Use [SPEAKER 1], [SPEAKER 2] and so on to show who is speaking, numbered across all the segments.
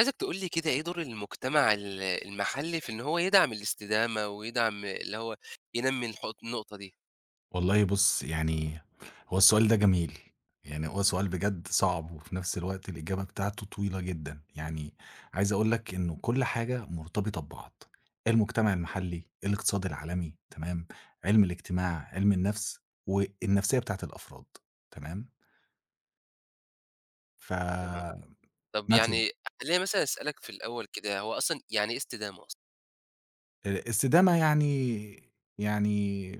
[SPEAKER 1] عايزك تقول لي كده إيه دور المجتمع المحلي في إن هو يدعم الاستدامة ويدعم اللي هو ينمّي النقطة دي،
[SPEAKER 2] والله بُص، هو السؤال ده جميل، هو سؤال بجد صعب وفي نفس الوقت الإجابة بتاعته طويلة جدًا، يعني عايز أقول لك إنه كل حاجة مرتبطة ببعض، المجتمع المحلي، الاقتصاد العالمي، تمام، علم الاجتماع، علم النفس، والنفسية بتاعة الأفراد، تمام،
[SPEAKER 1] تمام.
[SPEAKER 2] فمثلًا
[SPEAKER 1] طب يعني خلّيني مثلًا أسألك في الأول كده، هو أصلًا يعني إيه استدامة أصلًا؟
[SPEAKER 2] السدامة يعني يعني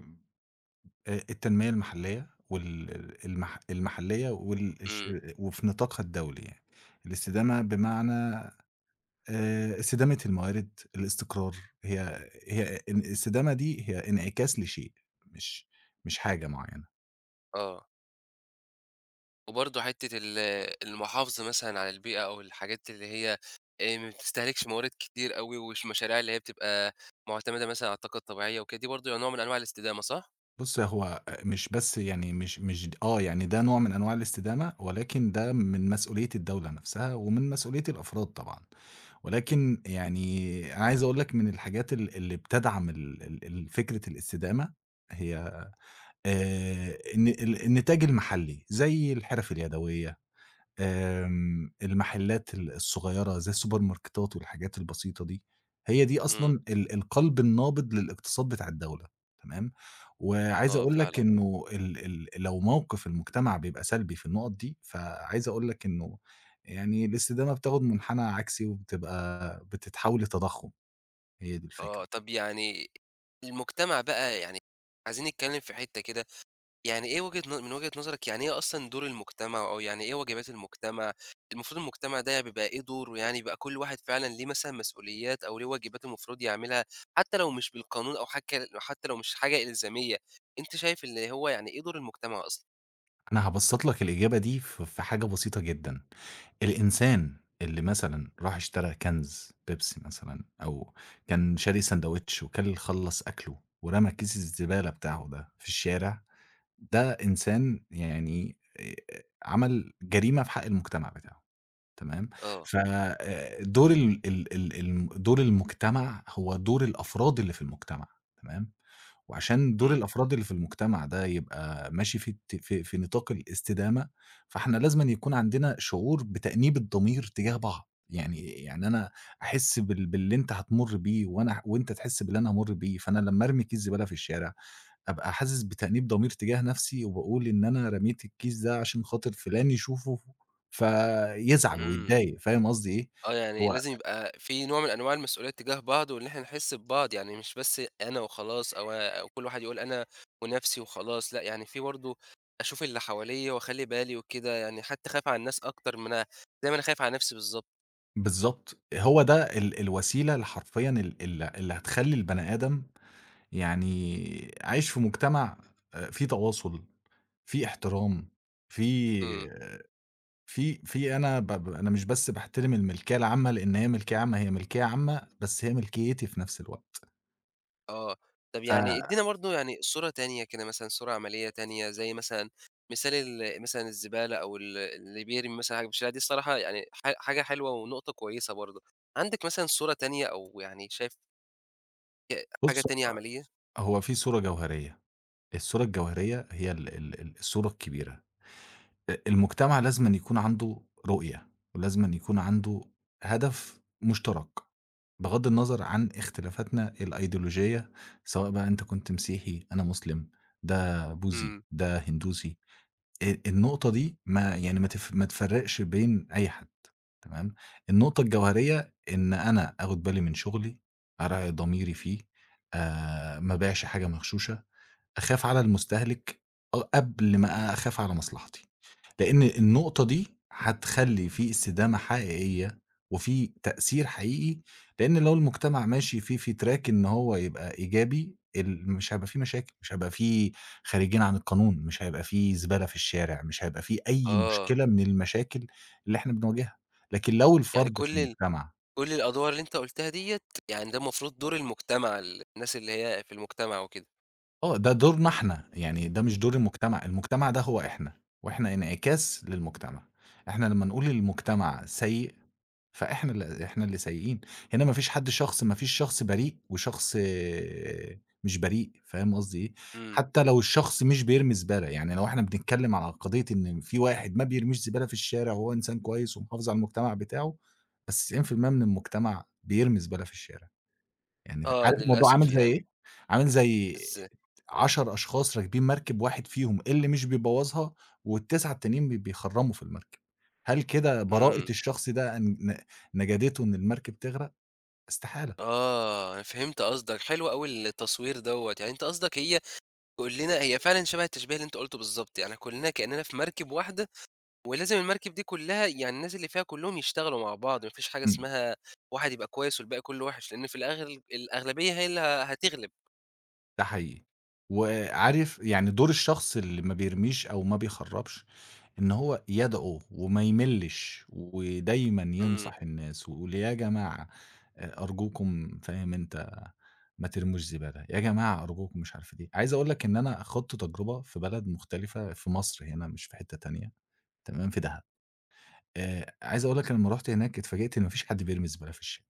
[SPEAKER 2] التنمية المحلية وال المح المحلية وال الش
[SPEAKER 1] إمم،
[SPEAKER 2] وفي نطاقها الدولي يعني. الاستدامة بمعنى استدامة الموارد، الاستقرار، هي الاستدامة دي هي انعكاس لشيء، مش مش حاجة معينة.
[SPEAKER 1] آه. وبرضه حتّة المحافظة مثلًا على البيئة أو الحاجات اللي هي ما بتستهلكش موارد كتير أوي مشاريع اللي هي بتبقى معتمدة مثلًا على الطاقة الطبيعية وكده، دي برضه نوع من أنواع الاستدامة صح؟
[SPEAKER 2] بُصّي، هو أ مش بس يعني مش مش د آه، يعني ده نوع من أنواع الاستدامة، ولكن ده من مسؤولية الدولة نفسها ومن مسؤولية الأفراد طبعًا. ولكن يعني عايز أقول لك من الحاجات اللي بتدعم ال ال ال فكرة الاستدامة هي النتاج المحلي، زي الحرف اليدوية آمم، المحلات الصغيرة زي السوبر ماركتات والحاجات البسيطة دي، هي دي
[SPEAKER 1] إمم،
[SPEAKER 2] أصلًا القلب النابض للاقتصاد بتاع الدولة، تمام، وعايز
[SPEAKER 1] آه
[SPEAKER 2] أقول لك
[SPEAKER 1] فعلًا.
[SPEAKER 2] إنه ال ال لو موقف المجتمع بيبقى سلبي في النقط دي، فعايز أقول لك إنه يعني الاستدامة بتاخد منحنى عكسي وبتبقى بتتحول لتضخُّم، هي دي الفكرة.
[SPEAKER 1] آه، طب يعني المجتمع بقى يعني عايزين نتكلّم في حتّة كده يعني إيه وجهة ن من وجهة نظرِك يعني إيه أصلًا دور المجتمع، أو يعني إيه واجبات المجتمع؟ المفروض المجتمع ده بيبقى إيه دوره يعني، بقى كل واحد فعلًا ليه مثلًا مسؤوليات، أو ليه واجبات المفروض يعملها، حتى لو مش بالقانون أو حتى لو مش حاجة إلزامية، أنتِ شايف اللي هو يعني إيه دور المجتمع أصلًا؟
[SPEAKER 2] أنا هابسّط لك الإجابة دي في حاجة بسيطة جدًا. الإنسان اللي مثلًا راح اشترى كنز بيبسي مثلًا أو كان شاري ساندوتش وكل خلّص أكله ورمى كيس الزبالة بتاعه ده في الشارع، ده إنسان يعني عمل جريمة في حق المجتمع بتاعه تمام؟
[SPEAKER 1] آه،
[SPEAKER 2] ف دور ال ال ال الم دور المجتمع هو دور الأفراد اللي في المجتمع تمام؟ وعشان دور
[SPEAKER 1] إمم،
[SPEAKER 2] الأفراد اللي في المجتمع ده يبقى ماشي في الت في في نطاق الاستدامة، فإحنا لازمًا يكون عندنا شعور بتأنيب الضمير تجاه بعض، يعني أنا أحس باللي أنت هتمُر بيه وأنا ه وأنت تحس باللي أنا هامُر بيه، فأنا لمّا أرمي كيس زبالة في الشارع، أبقى حاسس بتأنيب ضمير تجاه نفسي وباقول إن أنا رميت الكيس ده عشان خاطر فلان يشوفه فيزعل
[SPEAKER 1] إمم.
[SPEAKER 2] ويتضايق، فاهم قصدي إيه؟
[SPEAKER 1] آه، يعني
[SPEAKER 2] هو
[SPEAKER 1] لازم يبقى في نوع من أنواع المسؤولية تجاه بعض، وإن إحنا نحس ببعض، يعني مش بس أنا وخلاص أو كل واحد يقول أنا ونَفْسي وخلاص، لأ، يعني في برضه أشوف اللي حواليّا وأخلّي بالي وكده، يعني حتى أخاف على الناس أكتر ما أنا زي ما أنا خايف على نَفْسي بالضبط،
[SPEAKER 2] بالضبط، هو ده الوسيلة اللي حرفيًا ال ال اللي هتخلّي البني آدم يعني عايش في مجتمع فيه تواصل، فيه احترام،
[SPEAKER 1] إمم،
[SPEAKER 2] فيه في في أنا ب ب أنا مش بس باحترم الملكية العامة لإن هي ملكية عامة، هي ملكية عامة بس هي ملكيتي في نفس الوقت.
[SPEAKER 1] آه، طَب يعني
[SPEAKER 2] فبُص،
[SPEAKER 1] ادّينا برضه يعني صورة تانية كده مثلًا، صورة عملية تانية زي مثلًا مثال مثلًا الزبالة أو اللي بيرمي مثلًا حاجة في الشارع، دي الصراحة يعني حاجة حلوة ونقطة كويسة برضه، عندِك مثلًا صورة تانية أو يعني شايف حاجة تانية عملية؟
[SPEAKER 2] هو في صورة جوهرية، الصورة الجوهرية هي ال ال ال الصورة الكبيرة. المجتمع لازمًا يكون عنده رؤية، ولازمًا يكون عنده هدف مشترك، بغض النظر عن اختلافاتنا الأيديولوجية، سواء بقى أنت كنت مسيحي، أنا مسلم، ده بوذي،
[SPEAKER 1] إمم،
[SPEAKER 2] ده هندوسي، النقطة دي ما يعني ما تف ما تفرّقش بين أي حد، تمام، النقطة الجوهرية إن أنا آخد بالي من شغلي، أراعي ضميري فيه، ما أبيعش حاجة مغشوشة، أخاف على المستهلك قبل ما أخاف على مصلحتي، لإن النقطة دي هتخلّي في استدامة حقيقية وفي تأثير حقيقي، لإن لو المجتمع ماشي فيه في track إن هو يبقى إيجابي مش هيبقى في مشاكل، مش هيبقى في خارجين عن القانون، مش هيبقى في زبالة في الشارع، مش هيبقى في أي
[SPEAKER 1] آه،
[SPEAKER 2] مشكلة من المشاكل اللي إحنا بنواجهها، لكن لو
[SPEAKER 1] يعني
[SPEAKER 2] الفرد في
[SPEAKER 1] كل ال
[SPEAKER 2] المجتمع
[SPEAKER 1] كل الأدوار اللي أنت قُلتها ديّة، يعني ده المفروض دور المجتمع، الناس اللي هي في المجتمع وكده،
[SPEAKER 2] آه، ده دورنا إحنا، يعني ده مش دور المجتمع، المجتمع ده هو إحنا، وإحنا انعكاس للمجتمع، إحنا لمّا نقول المجتمع سيء، فإحنا إحنا اللي سيئين، هنا ما فيش حد شخص ما فيش شخص بريء وشخص آه، مش بريء، فاهم قصدي إيه؟
[SPEAKER 1] إمم،
[SPEAKER 2] حتى لو الشخص مش بيرمي زبالة، يعني لو إحنا بنتكلم على قضية إن في واحد ما بيرميش زبالة في الشارع وهو إنسان كويس ومحافظ على المجتمع بتاعه، بس 90% من المجتمع بيرمي زبالة في الشارع. يعني ف
[SPEAKER 1] آه،
[SPEAKER 2] عارف الموضوع عامل
[SPEAKER 1] للأسف
[SPEAKER 2] زي
[SPEAKER 1] يعني
[SPEAKER 2] إيه؟ عامل زي
[SPEAKER 1] إز
[SPEAKER 2] 10 أشخاص راكبين مركب واحد فيهم اللي مش بيبوّظها وال9 التانيين بيخرّموا في المركب، هل كده براءة
[SPEAKER 1] إمم،
[SPEAKER 2] الشخص ده ن ن نجدته إن المركب تغرق؟ استحالة.
[SPEAKER 1] آه، أنا فهمت قصدك، حلو أوي التصوير دوّة، يعني أنت قصدك هي كلنا هي فعلًا شبه التشبيه اللي أنت قُلته بالضبط، يعني كلنا كأننا في مركب واحدة، ولازم المركب دي كلها يعني الناس اللي فيها كلّهم يشتغلوا مع بعض، ما فيش حاجة
[SPEAKER 2] إمم.
[SPEAKER 1] اسمها واحد يبقى كويس والباقي كلّه وِحِش، لإن في الآخر الأغلبية هي اللي هتغلب،
[SPEAKER 2] ده حقيقي. وعارف يعني دور الشخص اللي ما بيرميش أو ما بيخرّبش، إن هو يدعو وما يملِّش ودايمًا
[SPEAKER 1] إمم،
[SPEAKER 2] ينصح الناس ويقول يا جماعة أرجوكم فاهم أنت، ما ترموش زبالة، يا جماعة أرجوكم مش عارف إيه. عايز أقول لك إن أنا خُضت تجربة في بلد مختلفة في مصر هنا مش في حتّة تانية تمام، في دهب. عايز أقول لك أنا لمّا رُحت هناك اتفاجئت إن ما فيش حد بيرمي الزبالة في الشارع.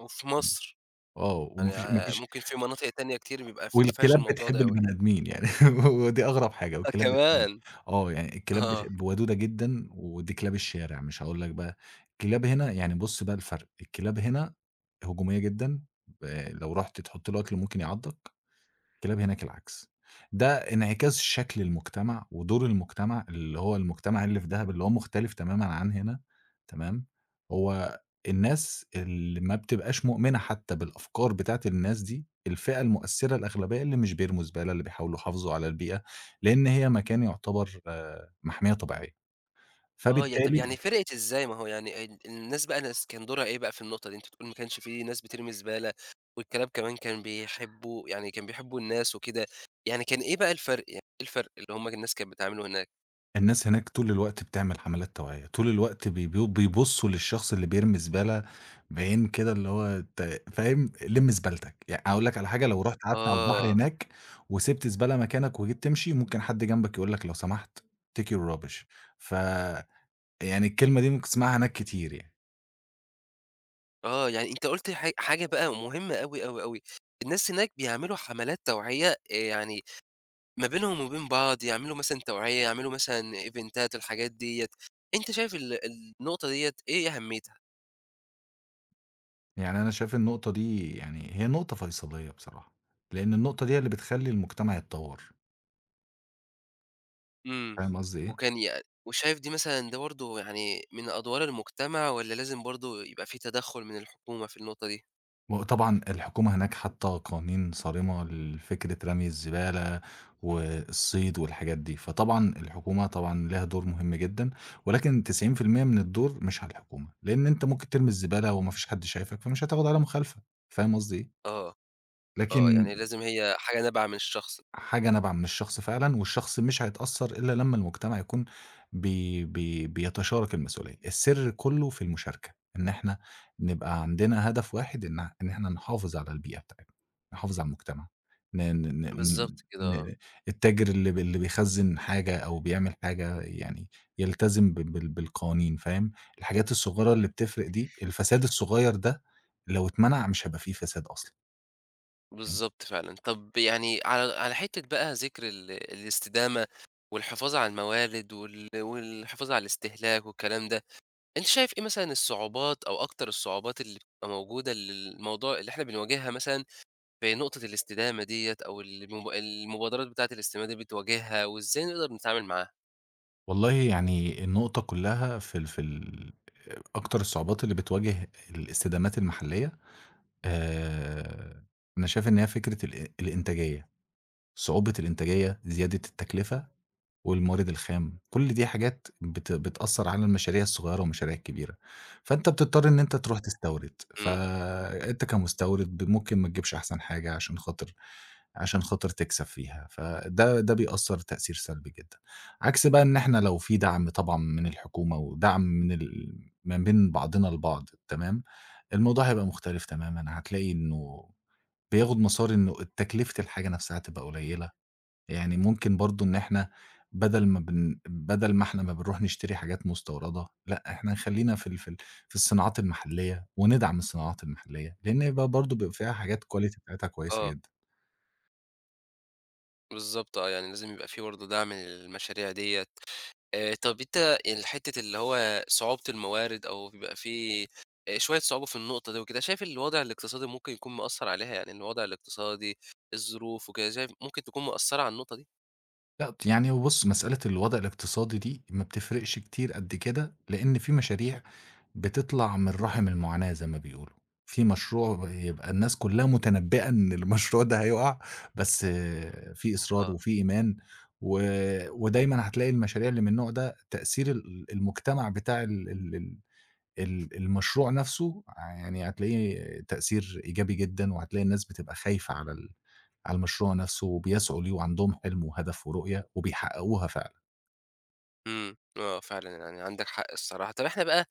[SPEAKER 1] وفي مصر.
[SPEAKER 2] آه، وما
[SPEAKER 1] يعني
[SPEAKER 2] فيش ما
[SPEAKER 1] ع
[SPEAKER 2] فيش
[SPEAKER 1] ممكن في مناطق تانية كتير بيبقى ما فيهاش
[SPEAKER 2] والكلاب
[SPEAKER 1] الموضوع
[SPEAKER 2] بتحب
[SPEAKER 1] ده أوي.
[SPEAKER 2] البني آدمين يعني ودي أغرب حاجة
[SPEAKER 1] آه
[SPEAKER 2] والكلاب بتحب
[SPEAKER 1] كمان!
[SPEAKER 2] آه، يعني الكلاب بتح
[SPEAKER 1] آه.
[SPEAKER 2] ودودة جدًا ودي كلاب الشارع مش هاقول لك بقى، الكلاب هنا يعني بُص بقى الفرق، الكلاب هنا هجومية جدًا، ب لو رُحت تحط لها أكل ممكن يعضك الكلاب هناك العكس. ده انعكاس شكل المجتمع ودور المجتمع، اللي هو المجتمع اللي في دهب اللي هو مختلف تمامًا عن هنا تمام، هو الناس اللي ما بتبقاش مؤمنة حتى بالأفكار بتاعة الناس دي، الفئة المؤثرة الأغلبية اللي مش بيرموا زبالة، اللي بيحاولوا يحافظوا على البيئة، لإن هي مكان يعتبر محمية طبيعية،
[SPEAKER 1] آه، طب يعني
[SPEAKER 2] فبالتالي
[SPEAKER 1] فرقِت إزاي؟ ما هو يعني الناس بقى ناس كان دورها إيه بقى في النقطة دي؟ أنت بتقول ما كانش في ناس بترمي زبالة والكلاب كمان كان بيحبّوا يعني كان بيحبّوا الناس وكده، يعني كان إيه بقى الفرق؟ يعني إيه الفرق اللي هم الناس كانت بتعمله هناك؟
[SPEAKER 2] الناس هناك طول الوقت بتعمل حملات توعية، طول الوقت بي بيو بيبُصّوا للشخص اللي بيرمي زبالة بعين كده اللي هو أنت فاهم، لِم زبالتك، يعني أقول لك على حاجة لو رُحت قعدت على البحر
[SPEAKER 1] آه.
[SPEAKER 2] هناك وسِبت زبالة مكانك وجيت تمشي، ممكن حد جنبك يقول لك لو سمحت take your rubbish ف يعني الكلمة دي ممكن تسمعها هناك كتير يعني،
[SPEAKER 1] آه، يعني أنت قُلت حاجة بقى مهمة أوي، أوي، أوي، الناس هناك بيعملوا حملات توعية يعني ما بينهم وبين بعض، يعملوا مثلًا توعية، يعملوا مثلًا إيفنتات، الحاجات ديّة. أنت شايف النقطة ديّة إيه أهميتها؟
[SPEAKER 2] يعني أنا شايف النقطة دي يعني هي نقطة فيصلية بصراحة، لإن النقطة دي هي اللي بتخلّي المجتمع يتطوّر،
[SPEAKER 1] إمم.
[SPEAKER 2] فاهم قصدي إيه؟
[SPEAKER 1] وكان يع وشايف دي مثلًا ده برضه يعني من أدوار المجتمع والّا لازم برضه يبقى في تدخُّل من الحكومة في النقطة دي؟
[SPEAKER 2] وطبعًا الحكومة هناك حاطة قوانين صارمة لفكرة رمي الزبالة والصيد والحاجات دي، فطبعًا الحكومة طبعًا ليها دور مهم جدًا، ولكن 90% من الدور مش على الحكومة، لإن أنت ممكن ترمي الزبالة وما فيش حد شايفك، فمش هتاخد عليها مخالفة، فاهم قصدي إيه؟
[SPEAKER 1] آه، آه.
[SPEAKER 2] لكن
[SPEAKER 1] يعني لازم هي حاجة نابعة من الشخص.
[SPEAKER 2] حاجة نابعة من الشخص فعلًا، والشخص مش هيتأثّر إلا لمّا المجتمع يكون بي بي بيتشارك المسؤولية، السر كلّه في المشاركة، إن إحنا نبقى عندنا هدف واحد إن إحنا نحافظ على البيئة بتاعتنا، نحافظ على المجتمع، ن ن
[SPEAKER 1] بالضبط
[SPEAKER 2] ن
[SPEAKER 1] كده آه.
[SPEAKER 2] ن التاجر اللي بيخزّن حاجة أو بيعمل حاجة يعني يلتزم ب بال بالقوانين فاهم، الحاجات الصغيرة اللي بتفرق دي، الفساد الصغير ده لو اتمنع مش هيبقى في فساد أصلًا.
[SPEAKER 1] بالضبط فعلًا. طب يعني على حتّة بقى ذكر الاستدامة والحفاظ على الموارد والحفاظ على الاستهلاك والكلام ده، أنت شايف إيه مثلًا الصعوبات أو أكتر الصعوبات اللي بتبقى موجودة للموضوع اللي إحنا بنواجهها مثلًا في نقطة الاستدامة ديّة أو المبادرات بتاعة الاستدامة دي بتواجهها وإزاي نقدر نتعامل معاها؟
[SPEAKER 2] والله يعني النقطة كلّها في أكتر الصعوبات اللي بتواجه الاستدامات المحلية، آآ، أنا شايف إن هي فكرة الإنتاجية، صعوبة الإنتاجية، زيادة التكلفة، والمورد الخام، كل دي حاجات بتأثّر على المشاريع الصغيّرة والمشاريع الكبيرة، فأنت بتضطر إن أنت تروح تستورد،
[SPEAKER 1] إمم،
[SPEAKER 2] فأنت كمستورد ممكن ما تجيبش أحسن حاجة عشان خاطر تكسب فيها، فده بيأثّر تأثير سلبي جدًا، عكس بقى إن إحنا لو في دعم طبعًا من الحكومة ودعم من ما بين بعضنا البعض تمام، الموضوع هيبقى مختلف تمامًا، هتلاقي إنه بياخد مسار إنه تكلفة الحاجة نفْسها هتبقى قليّلة يعني ممكن برضه إن إحنا بدل ما إحنا ما بنروح نشتري حاجات مستوردة، لأ إحنا نخلّينا في الصناعات المحلية وندعم الصناعات المحلية، لإن بقى برضه بيبقى فيها حاجات quality بتاعتها كويسة
[SPEAKER 1] آه،
[SPEAKER 2] جدًا.
[SPEAKER 1] بالضبط آه، يعني لازم يبقى في برضه دعم للمشاريع ديّة. طب أنت يعني الحتة اللي هو صعوبة الموارد أو بيبقى في شوية صعوبة في النقطة دي وكده، شايف الوضع الاقتصادي ممكن يكون مأثّر عليها؟ يعني الوضع الاقتصادي، الظروف وكده، شايف ممكن تكون مأثّرة على النقطة دي؟
[SPEAKER 2] لأ، يعني هو بُص، مسألة الوضع الاقتصادي دي ما بتفرقش كتير قد كده، لإن في مشاريع بتطلع من رحم المعاناة زي ما بيقولوا. في مشروع بيبقى الناس كلّها متنبّئة إن المشروع ده هيُقع، بس في إصرار
[SPEAKER 1] آه.
[SPEAKER 2] وفي إيمان، و ودايمًا هتلاقي المشاريع اللي من النوع ده تأثير ال المجتمع بتاع ال ال ال ال المشروع نفسه آه، يعني هتلاقيه تأثير إيجابي جدًا، وهتلاقي الناس بتبقى خايفة على المشروع نفسه وبيسعوا ليه وعندهم حلم وهدف ورؤية وبيحققوها فعلًا.
[SPEAKER 1] إمم، آه فعلًا يعني عندك حق الصراحة. طب إحنا بقى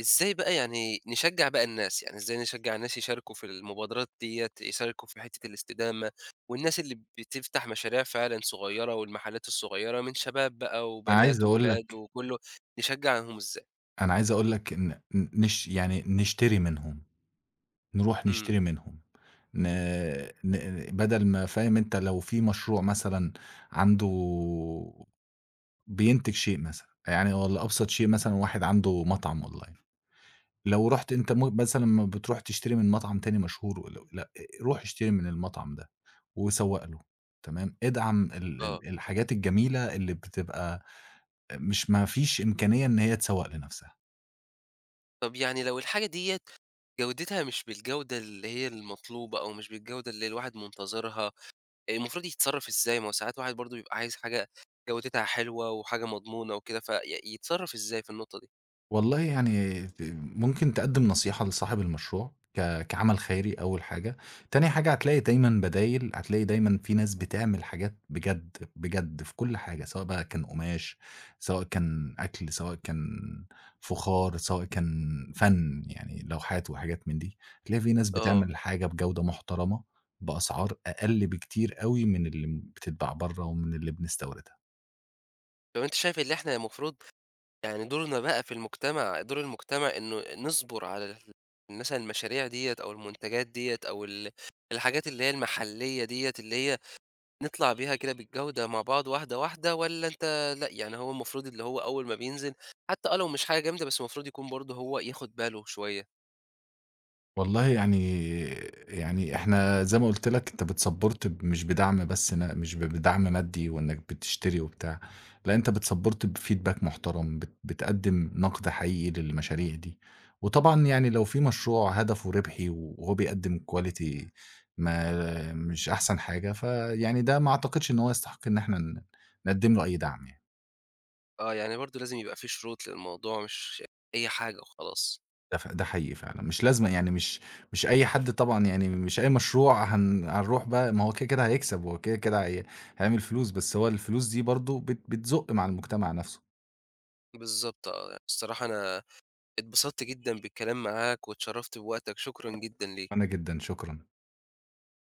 [SPEAKER 1] إزاي بقى يعني نشجّع بقى الناس، يعني إزاي نشجّع الناس يشاركوا في المبادرات ديّة، يشاركوا في حتّة الاستدامة، والناس اللي بتفتح مشاريع فعلًا صغيّرة والمحلات الصغيّرة من شباب بقى
[SPEAKER 2] أنا عايز
[SPEAKER 1] وبنات
[SPEAKER 2] أقول
[SPEAKER 1] وولاد
[SPEAKER 2] لك
[SPEAKER 1] وكلّه، نشجّعهم إزاي؟
[SPEAKER 2] أنا عايز أقول لك إن ن نش يعني نشتري منهم، نروح
[SPEAKER 1] إمم،
[SPEAKER 2] نشتري منهم، ن ن بدل ما فاهم أنت لو في مشروع مثلًا عنده بينتج شيء مثلًا، يعني والّا أبسط شيء مثلًا واحد عنده مطعم online لو رُحت أنت مثلًا ما بتروح تشتري من مطعم تاني مشهور لأ، روح اشتري من المطعم ده وسوّق له، تمام، ادعم ال
[SPEAKER 1] آه.
[SPEAKER 2] ال الحاجات الجميلة اللي بتبقى مش ما فيش إمكانية إن هي تسوّق لنفسها.
[SPEAKER 1] طب يعني لو الحاجة ديّة جودتها مش بالجودة اللي هي المطلوبة أو مش بالجودة اللي الواحد منتظرها المفروض يتصرّف إزاي؟ ما هو ساعات الواحد برضه بيبقى عايز حاجة جودتها حلوة وحاجة مضمونة وكده، في يتصرّف إزاي في النقطة دي؟
[SPEAKER 2] والله يعني ممكن تقدّم نصيحة لصاحب المشروع كعمل خيري أول حاجة، تاني حاجة هتلاقي دايمًا بدايل، هتلاقي دايمًا في ناس بتعمل حاجات بجد، بجد في كل حاجة، سواء بقى كان قماش، سواء كان أكل، سواء كان فخار، سواء كان فَن، يعني لوحات وحاجات من دي، هتلاقي في ناس
[SPEAKER 1] آه.
[SPEAKER 2] بتعمل حاجة بجودة محترمة، بأسعار أقل بكتير أوي من اللي بتتباع برّه ومن اللي بنستوردها.
[SPEAKER 1] طب أنت شايف اللي إحنا المفروض يعني دورنا بقى في المجتمع دور المجتمع إنه نصبر على مثلًا المشاريع ديّة أو المنتجات ديّة أو الحاجات اللي هي المحلية ديّة اللي هي نطلع بيها كده بالجودة مع بعض واحدة، واحدة والّا أنت لأ، يعني هو المفروض اللي هو أول ما بينزل حتى لو مش حاجة جامدة، بس المفروض يكون برضه هو ياخُد باله شوية؟
[SPEAKER 2] والله يعني يعني إحنا زي ما قُلت لك أنت بتsupport مش بدعم بس ن مش ب بدعم مادي وإنك بتشتري وبتاع، لأ أنت بتsupport بfeedback محترم، بتقدّم نقد حقيقي للمشاريع دي، وطبعًا يعني لو في مشروع هدفه ربحي وهو بيقدّم quality ما مش أحسن حاجة، فيعني ده ما أعتقدش إن هو يستحق إن إحنا نقدّم له أي دعم يعني.
[SPEAKER 1] آه، يعني برضه لازم يبقى في شروط للموضوع مش أي حاجة وخلاص.
[SPEAKER 2] ده حقيقي فعلًا، مش لازمًا يعني مش أي حد طبعًا يعني مش أي مشروع هنروح بقى ما هو كده، كده هيكسب، هو كده، كده هي هيعمل فلوس، بس هو الفلوس دي برضه بتزُق مع المجتمع نفسه.
[SPEAKER 1] بالضبط آه، يعني الصراحة أنا اتبسطت جدًا بالكلام معاك واتشرّفت بوقتك، شكرًا جدًا ليك.
[SPEAKER 2] وأنا جدًا، شكرًا.